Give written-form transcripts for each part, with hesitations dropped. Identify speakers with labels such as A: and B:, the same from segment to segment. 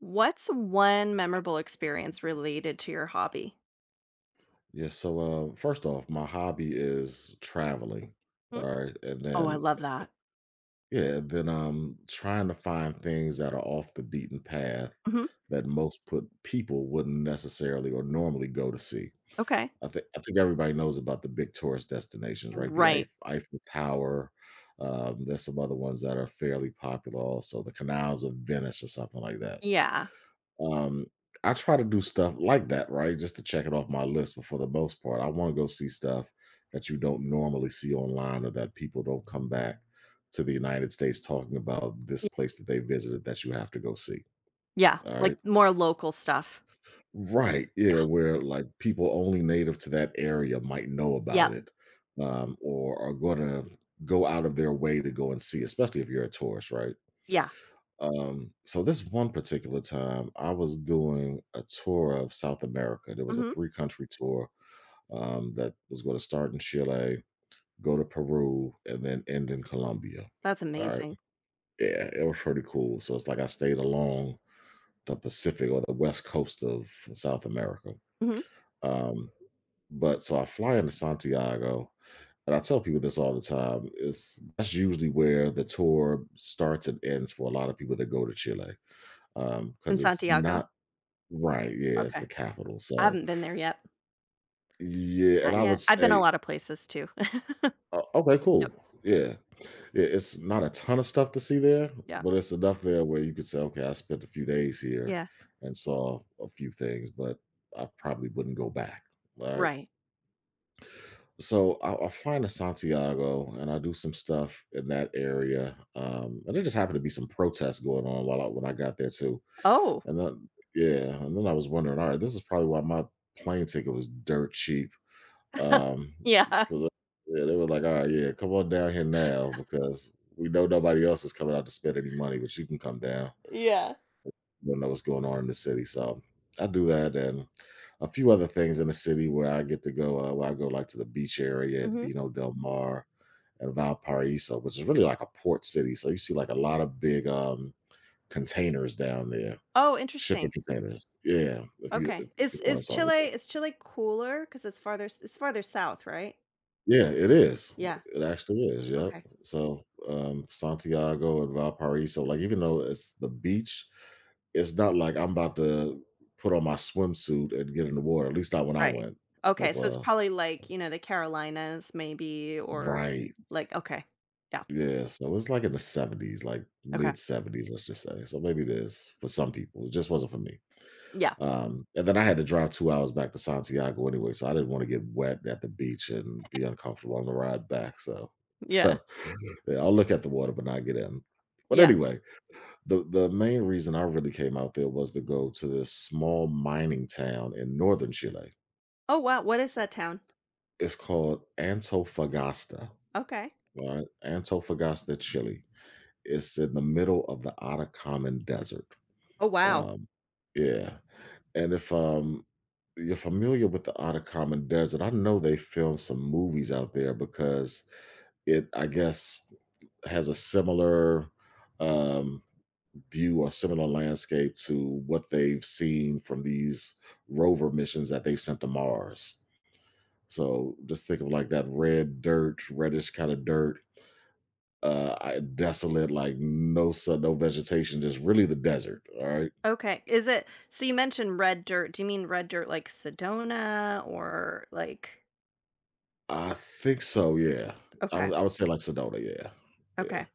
A: What's one memorable experience related to your hobby?
B: Yeah, so first off, my hobby is traveling.
A: Hmm?
B: All right. And
A: Oh, I
B: then,
A: love that.
B: trying to find things that are off the beaten path
A: Mhm.
B: that most put people wouldn't necessarily or normally go to see.
A: Okay.
B: I think everybody knows about the big tourist destinations, right? The
A: Right.
B: Eif- Eiffel Tower. There's some other ones that are fairly popular also, the canals of Venice or something like that.
A: Yeah.
B: Um, I try to do stuff like that, right? Just to check it off my list, but for the most part, I wanna go see stuff that you don't normally see online or that people don't come back to the United States talking about this
A: Y
B: place that they visited that you have to go see,
A: yeah,
B: alright?
A: like, more local stuff.
B: Right, right, yeah, where, like, people only native to that area might know
A: Yep.
B: about it, or are gonna go out of their way to go and see, especially if you're a tourist, right?
A: Yeah.
B: So this one particular time, I was doing a tour of South America. There was a
A: Mhm.
B: three country tour that was going to start in Chile, go to Peru, and then end in Colombia.
A: That's
B: All right,
A: amazing.
B: yeah, it was pretty cool. So it's like I stayed along the Pacific or the west coast of South America.
A: Mhm.
B: Um, but so I fly into Santiago, and I tell people this all the time. It's that's usually where the tour starts and ends for a lot of people that go to Chile because
A: In
B: it's
A: Santiago?
B: not right, yeah, it's
A: Okay.
B: the capital,
A: I
B: so
A: haven't been there yet.
B: yeah, and
A: Not
B: I would
A: yet. I've been a
B: say
A: lot of places too.
B: o okay,
A: Yep.
B: cool, yeah. Yeah, it's not a ton of stuff to see there,
A: Yeah.
B: but it's enough there where you could say, "Okay, I spent a few days here
A: Yeah.
B: and saw a few things, but I probably wouldn't go back," alright?
A: Right.
B: So, I fly into Santiago, and I do some stuff in that area, and there just happened to be some protests going on while I when I got there too,
A: Oh,
B: and then yeah, and then I was wondering, "Alright, this is probably why my plane ticket was dirt cheap." Um,
A: yeah.
B: because yeah, they were like, all right, yeah, come on down here now because we know nobody else is coming out to spend any money, but you can come down.
A: Yeah.
B: You don't know what's going on in the city. So I do that and a few other things in the city where I get to go, where I go like to the beach area at
A: Mhm.
B: Vino del Mar and Valparaiso, which is really like a port city. So you see like a lot of big containers down there,
A: Oh,
B: shipping
A: interesting.
B: containers. Yeah, if you
A: Okay.
B: if, if you
A: Is
B: know what I'm
A: is
B: talking about.
A: Chile cooler? Because it's farther s it's farther south, right?
B: Yeah, it is.
A: Yeah.
B: It actually is, yep.
A: Okay.
B: So, Santiago and Valparaiso, like, even though it's the beach, it's not like I'm about to put on my swimsuit and get in the water, at least not when I
A: Right.
B: went.
A: Okay,
B: Like,
A: so it's
B: well
A: probably like, you know, the Carolinas maybe, or
B: right,
A: like, okay. Yeah.
B: yeah, so it's, like, in the seventies, like,
A: Okay.
B: mid-seventies, let's just say, so maybe it is for some people, it just wasn't for me.
A: Yeah.
B: And then I had to drive 2 hours back to Santiago anyway, so I didn't wanna get wet at the beach and be uncomfortable on the ride back, so
A: Yeah.
B: so, yeah, I'll look at the water, but not get in. But
A: Yeah.
B: anyway, the main reason I really came out there was to go to this small mining town in northern Chile.
A: Oh, wow. What is that town?
B: It's called Antofagasta,
A: Okay.
B: all right? Antofagasta, Chile. It's in the middle of the Atacama Desert.
A: Oh, wow.
B: Um, yeah, and if, you're familiar with the Atacama Desert, I know they filmed some movies out there because I guess, has a similar, um, view or similar landscape to what they've seen from these rover missions that they've sent to Mars. So just think of like that red dirt, reddish kind of dirt, desolate, like no sun, no vegetation, just really the desert. All right,
A: Okay. Is it So you mentioned red dirt. Do you mean red dirt like Sedona, or like,
B: I think so, yeah. I
A: okay.
B: would I would say, like, Sedona, yeah, yeah.
A: Okay.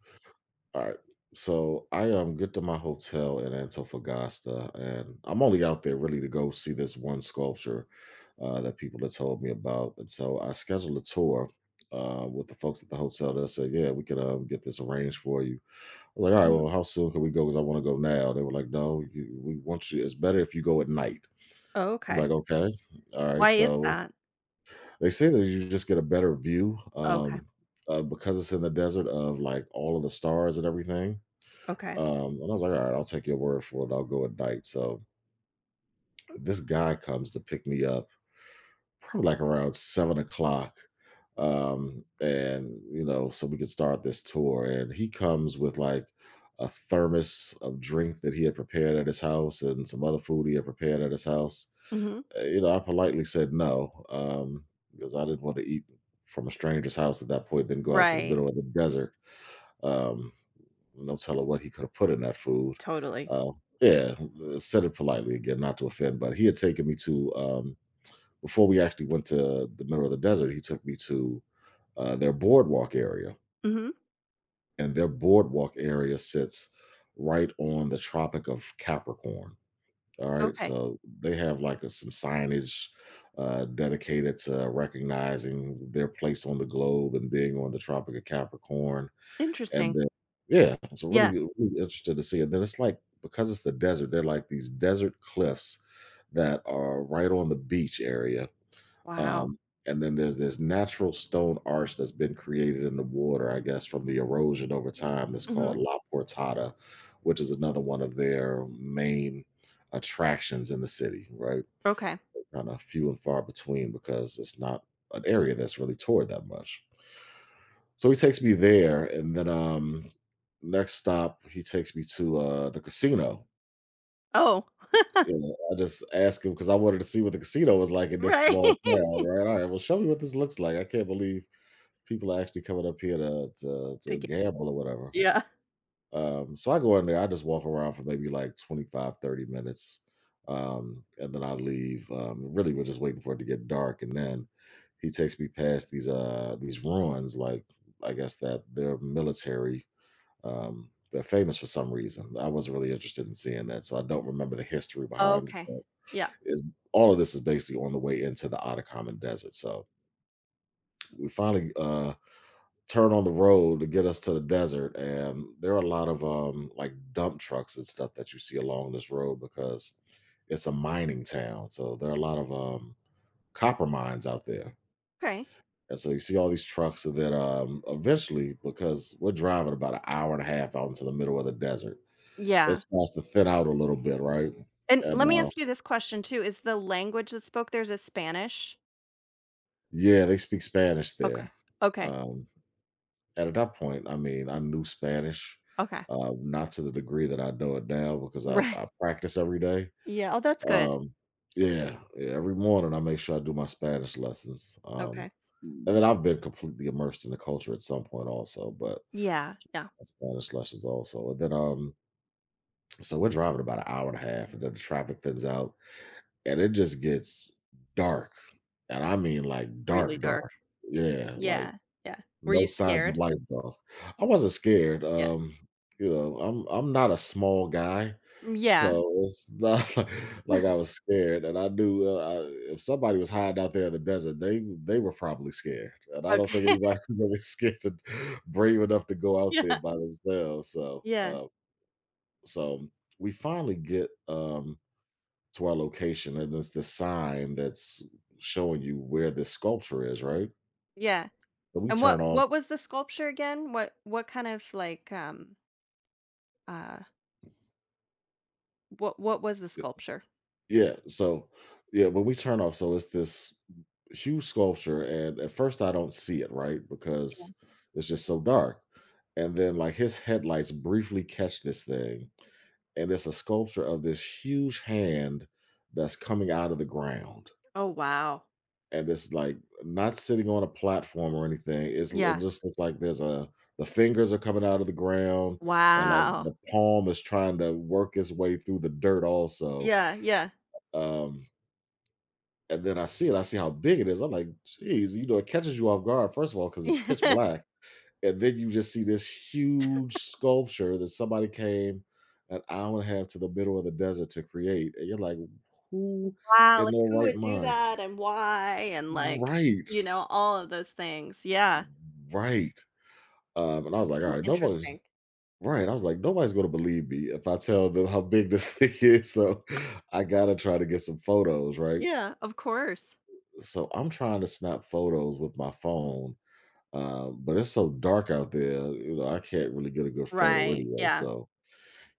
B: Alright, so I get to my hotel in Antofagasta, and I'm only out there really to go see this one sculpture, that people had told me about, and so I scheduled a tour, with the folks at the hotel. They said, "Yeah, we can, get this arranged for you." I was like, "Alright,
A: Mhm.
B: well, how soon can we go? Because I wanna go now." They were like, "No, you we want you it's better if you go at night." I'm
A: Okay.
B: like, "Okay, alright."
A: Why is
B: So
A: that?
B: they say that you just get a better view
A: Okay.
B: because it's in the desert of like all of the stars and everything.
A: Okay.
B: And I was like, all right, I'll take your word for it. I'll go at night. So this guy comes to pick me up probably like around 7 o'clock. And you know, so we could start this tour. And he comes with like a thermos of drink that he had prepared at his house and some other food he had prepared at his house.
A: Mhm.
B: You know, I politely said no, because I didn't want to eat from a stranger's house at that point, then go out to the
A: Right.
B: middle of the desert. Um, no telling what he could have put in that food.
A: Totally.
B: Uh, yeah, said it politely again, not to offend, but he had taken me to — before we actually went to the middle of the desert, he took me to their boardwalk area,
A: Mhm.
B: and their boardwalk area sits right on the Tropic of Capricorn. All right,
A: Okay.
B: so they have like some signage dedicated to recognizing their place on the globe and being on the Tropic of Capricorn, and
A: Interesting.
B: then, yeah, so really,
A: Yeah.
B: really interested to see it. Then it's like because it's the desert, they're like these desert cliffs that are right on the beach area
A: Wow.
B: um, and then there's this natural stone arch that's been created in the water, I guess, from the erosion over time that's called
A: Mhm.
B: La Portada, which is another one of their main attractions in the city, right?
A: Okay.
B: Kind of few and far between because it's not an area that's really toured that much. So he takes me there, and then next stop, he takes me to the casino.
A: Oh,
B: You know, I just asked him because I wanted to see what the casino was like in this
A: right.
B: small town, right? All right, well, show me what this looks like. I can't believe people are actually coming up here to to,
A: To
B: to
A: get
B: gamble or whatever.
A: yeah.
B: So I go in there, I just walk around for maybe like 25, 30 minutes. And then I leave. Really we're just waiting for it to get dark. And then he takes me past these ruins, like I guess that they're military. They're famous for some reason. I wasn't really interested in seeing that, so I don't remember the history behind it.
A: Okay.
B: But
A: Yeah.
B: is all of this is basically on the way into the Atacama Desert. So we finally turn on the road to get us to the desert, and there are a lot of like dump trucks and stuff that you see along this road because it's a mining town, so there are a lot of copper mines out there,
A: Okay.
B: and so you see all these trucks, and then eventually, because we're driving about an hour and a half out into the middle of the desert, it
A: Yeah.
B: starts to thin out a little bit, right,
A: And
B: and
A: let me
B: uh
A: ask you this question too, is the language that spoke there, is it Spanish?
B: yeah, they speak Spanish
A: Okay.
B: there,
A: Okay.
B: um and at that point, I mean, I knew Spanish,
A: Okay.
B: not to the degree that I know it now because I,
A: Right.
B: I practice every day.
A: Yeah. Oh, that's good.
B: Um, yeah, every morning I make sure I do my Spanish lessons.
A: Okay.
B: And then I've been completely immersed in the culture at some point also, but
A: Yeah, yeah.
B: Spanish lessons also. And then so we're driving about an hour and a half, and then the traffic thins out, and it just gets dark, and I mean like
A: Really
B: dark,
A: dark.
B: dark. Yeah, like
A: Yeah, yeah. Were
B: no
A: you
B: signs of
A: scared?
B: life, though. I wasn't scared,
A: Yeah.
B: you know, I'm not a small guy,
A: Mm, yeah.
B: so it's not like I was scared, and I knew, I if somebody was hiding out there in the desert, they were probably scared, and I don't think
A: Okay.
B: anybody really scared and brave enough to go out there
A: Yeah.
B: by themselves, so,
A: Yeah,
B: so we finally get, to our location, and it's the sign that's showing you where this sculpture is, right?
A: yeah.
B: And we
A: And
B: turn
A: what
B: off.
A: what was the sculpture again? What kind of like, uh, what was the sculpture?
B: Yeah, so yeah, when we turn off, so it's this huge sculpture, and at first I don't see it, right? Because it's just so dark. And then like his headlights briefly catch this thing, and it's a sculpture of this huge hand that's coming out of the ground.
A: Oh, wow.
B: And it's like not sitting on a platform or anything. It
A: Yeah.
B: just looks like there's a the fingers are coming out of the ground, and like
A: Wow.
B: the palm is trying to work its way through the dirt also.
A: Yeah, yeah.
B: Um And then I see it, I see how big it is. I'm like, geez, you know, it catches you off guard, first of all, because it's pitch black. And then you just see this huge sculpture that somebody came an hour and a half to the middle of the desert to create. And you're like, who
A: Yeah. Wow,
B: in
A: like,
B: their
A: who
B: right
A: would do
B: mind?
A: that and why and, like,
B: Right,
A: all of those things, yeah.
B: right. And I was
A: That's
B: like, all
A: so
B: right, nobody.
A: interesting.
B: Right. I was like, nobody's gonna believe me if I tell them how big this thing is. So I gotta try to get some photos, right?
A: Yeah, of course.
B: So I'm trying to snap photos with my phone. But it's so dark out there, you know, I can't really get a good photo
A: Right,
B: anyway.
A: yeah,
B: So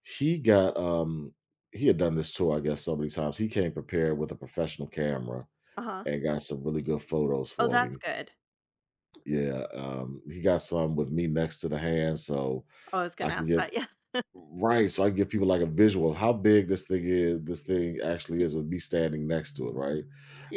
B: he got he had done this tour, I guess, so many times. He came prepared with a professional camera
A: uh-huh.
B: and got some really good photos
A: Oh,
B: for
A: that's
B: me.
A: good.
B: Yeah, he got some with me next to the hand, so
A: Oh, I was
B: I
A: gonna
B: can
A: ask
B: get
A: that, yeah.
B: right, so I can give people like a visual of how big this thing is. This thing actually is with me standing next to it, right?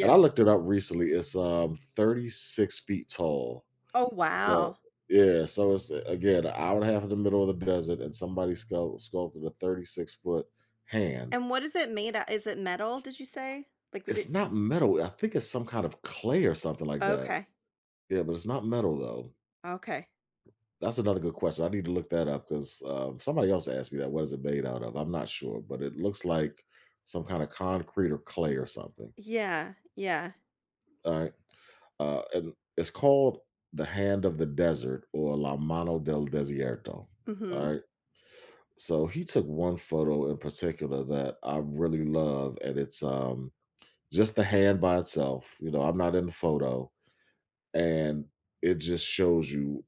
B: And
A: yeah.
B: I looked it up recently. It's 36 feet tall,
A: Oh,
B: so
A: wow.
B: yeah, so it's again an hour and a half in the middle of the desert, and somebody sculpted a 36-foot hand.
A: And what is it made o is it metal, did you say? Like, would
B: It's
A: it
B: not metal. I think it's some kind of clay or something like that.
A: Okay,
B: Yeah, but it's not metal though.
A: okay.
B: That's another good question. I need to look that up because somebody else asked me that. What is it made out of? I'm not sure, but it looks like some kind of concrete or clay or something.
A: Yeah, yeah,
B: All right, and it's called the Hand of the Desert or La Mano del Desierto.
A: mhm.
B: All right. So he took one photo in particular that I really love, and it's just the hand by itself. You know, I'm not in the photo, and it just shows you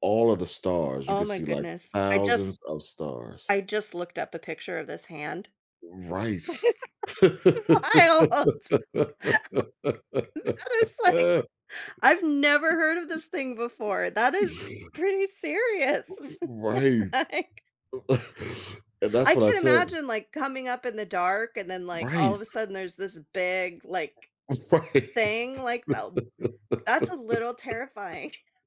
B: all of the stars. You
A: Oh
B: can
A: my
B: see like
A: goodness. I just
B: thousands of stars.
A: I just looked up a picture of this hand.
B: Right.
A: Wild. That is like I've never heard of this thing before. That is pretty serious.
B: Right.
A: Like,
B: And that's
A: I
B: what I
A: can
B: tell.
A: imagine, like, coming up in the dark and then, like, all
B: Right.
A: of a sudden there's this big, like,
B: Right.
A: thing, like, that. That's a little terrifying.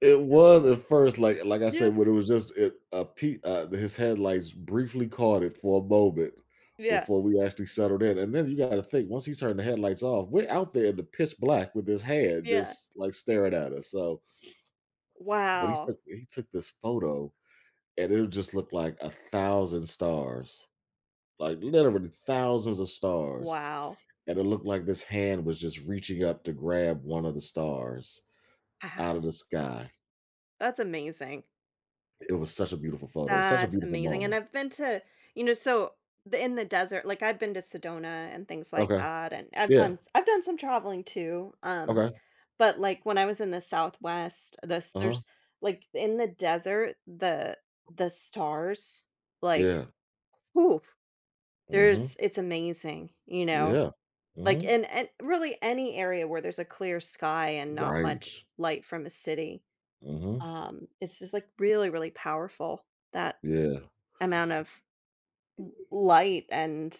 B: It was at first, like I
A: Yeah,
B: said, when it was just it, his headlights briefly caught it for a moment
A: yeah,
B: before we actually settled in. And then you got to think, once he turned the headlights off, we're out there in the pitch black with his hand
A: yeah.
B: just like staring at us. So, but he
A: Wow,
B: took he took this photo, and it just looked like a thousand stars, like literally thousands of stars.
A: wow,
B: And it looked like this hand was just reaching up to grab one of the stars out
A: wow,
B: of the sky.
A: that's amazing.
B: It was such a beautiful photo, such a
A: That's
B: beautiful
A: amazing, and
B: moment.
A: I've been to, you know, so the in the desert, like, I've been to Sedona and things like
B: Okay.
A: that, and I've
B: Yeah.
A: done i I've done some traveling too, um.
B: Okay.
A: But, like, when I was in the Southwest, this
B: Uh-huh.
A: there's like, in the desert, the stars, like,
B: Yeah.
A: whoo,
B: Mhm.
A: there's it's amazing, you know?
B: Yeah.
A: Like,
B: Mhm.
A: in and really any area where there's a clear sky and not
B: Right.
A: much light from a city,
B: Mhm.
A: it's just, like, really, really powerful, that
B: Yeah.
A: amount of light and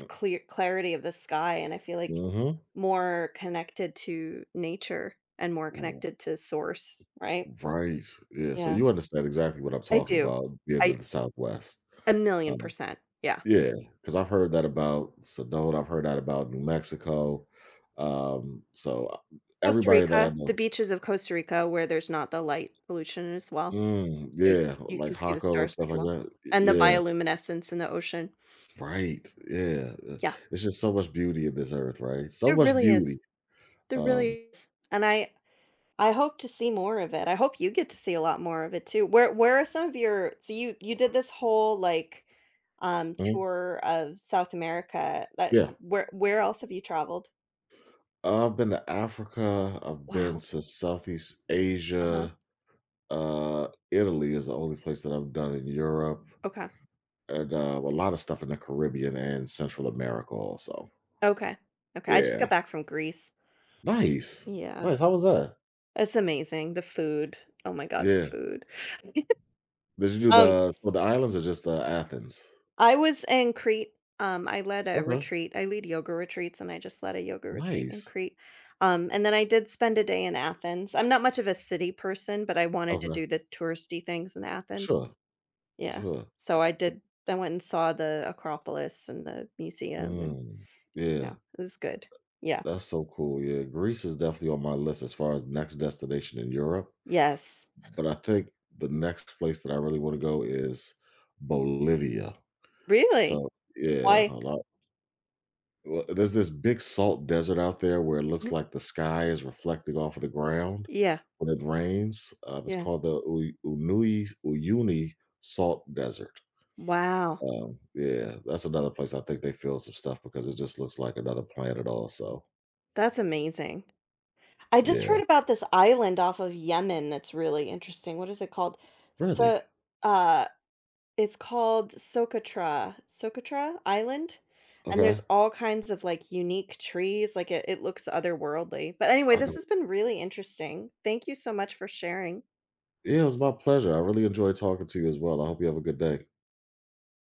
B: Uh,
A: clear clarity of the sky, and I feel, like,
B: mhm.
A: more connected to nature and more connected to source, right?
B: Right. Yeah, so
A: Yeah.
B: you understand exactly what I'm
A: I
B: talking
A: do.
B: about being
A: I
B: in the Southwest.
A: a million
B: Um,
A: percent, yeah.
B: yeah. because 'cause I've heard that about Sedona, I've heard that about New Mexico. Um, so, uh,
A: Costa
B: everybody that I
A: Rica, the
B: know.
A: beaches of Costa Rica where there's not the light pollution as well.
B: Mm, yeah,
A: There's you
B: like
A: can see the
B: Hako and
A: stars
B: stuff
A: pretty
B: like
A: well,
B: that.
A: and the
B: Yeah.
A: bioluminescence in the ocean.
B: Right, yeah,
A: Yeah,
B: there's just so much beauty in this earth, right? So
A: there
B: much
A: really is.
B: beauty,
A: There
B: um
A: really is, and I hope to see more of it. I hope you get to see a lot more of it too. Where are some of your, so you did this whole, like,
B: mhm,
A: tour of South America, that
B: yeah.
A: where else have you traveled?
B: I've been to Africa, I've been
A: Wow.
B: to Southeast
A: Uh-huh.
B: Asia, Italy is the only place that I've done in Europe,
A: Okay.
B: and, a lot of stuff in the Caribbean and Central America also.
A: Okay. Okay, I just
B: Yeah.
A: got back from Greece.
B: Nice,
A: Yeah,
B: nice, how was that?
A: it's amazing, the food. Oh my god, the
B: Yeah.
A: food.
B: Did you do
A: Um,
B: the so the islands or just, the Athens?
A: I was in Crete, I led a
B: Okay,
A: retreat. I lead yoga retreats, and I just led a yoga retreat in
B: nice.
A: Crete, and then I did spend a day in Athens. I'm not much of a city person, but I wanted to
B: Okay,
A: do the touristy things in Athens.
B: sure,
A: Yeah,
B: sure.
A: so I
B: So
A: did I went and saw the Acropolis and the museum and,
B: mm, yeah.
A: it was good. Yeah.
B: That's so cool. Yeah, Greece is definitely on my list as far as next destination in Europe,
A: Yes.
B: but I think the next place that I really want to go is Bolivia.
A: Really?
B: So, yeah, a
A: Why?
B: lot. Well, there's this big salt desert out there where it looks
A: Mhm.
B: like the sky is reflecting off of the ground
A: Yeah,
B: when it rains. It's
A: yeah.
B: called the U- Unui Uyuni Salt Desert.
A: Wow,
B: Yeah, that's another place I think they feel some stuff because it just looks like another planet. Also,
A: that's amazing. I just
B: yeah,
A: heard about this island off of Yemen that's really interesting. What is it called?
B: really
A: So, uh, it's called Socotra, Socotra Island, and there's
B: okay.
A: all kinds of like unique trees. Like it looks otherworldly. But anyway,
B: I
A: this has been really interesting. Thank you so much for sharing.
B: yeah, it was my pleasure. I really enjoyed talking to you as well. I hope you have a good day.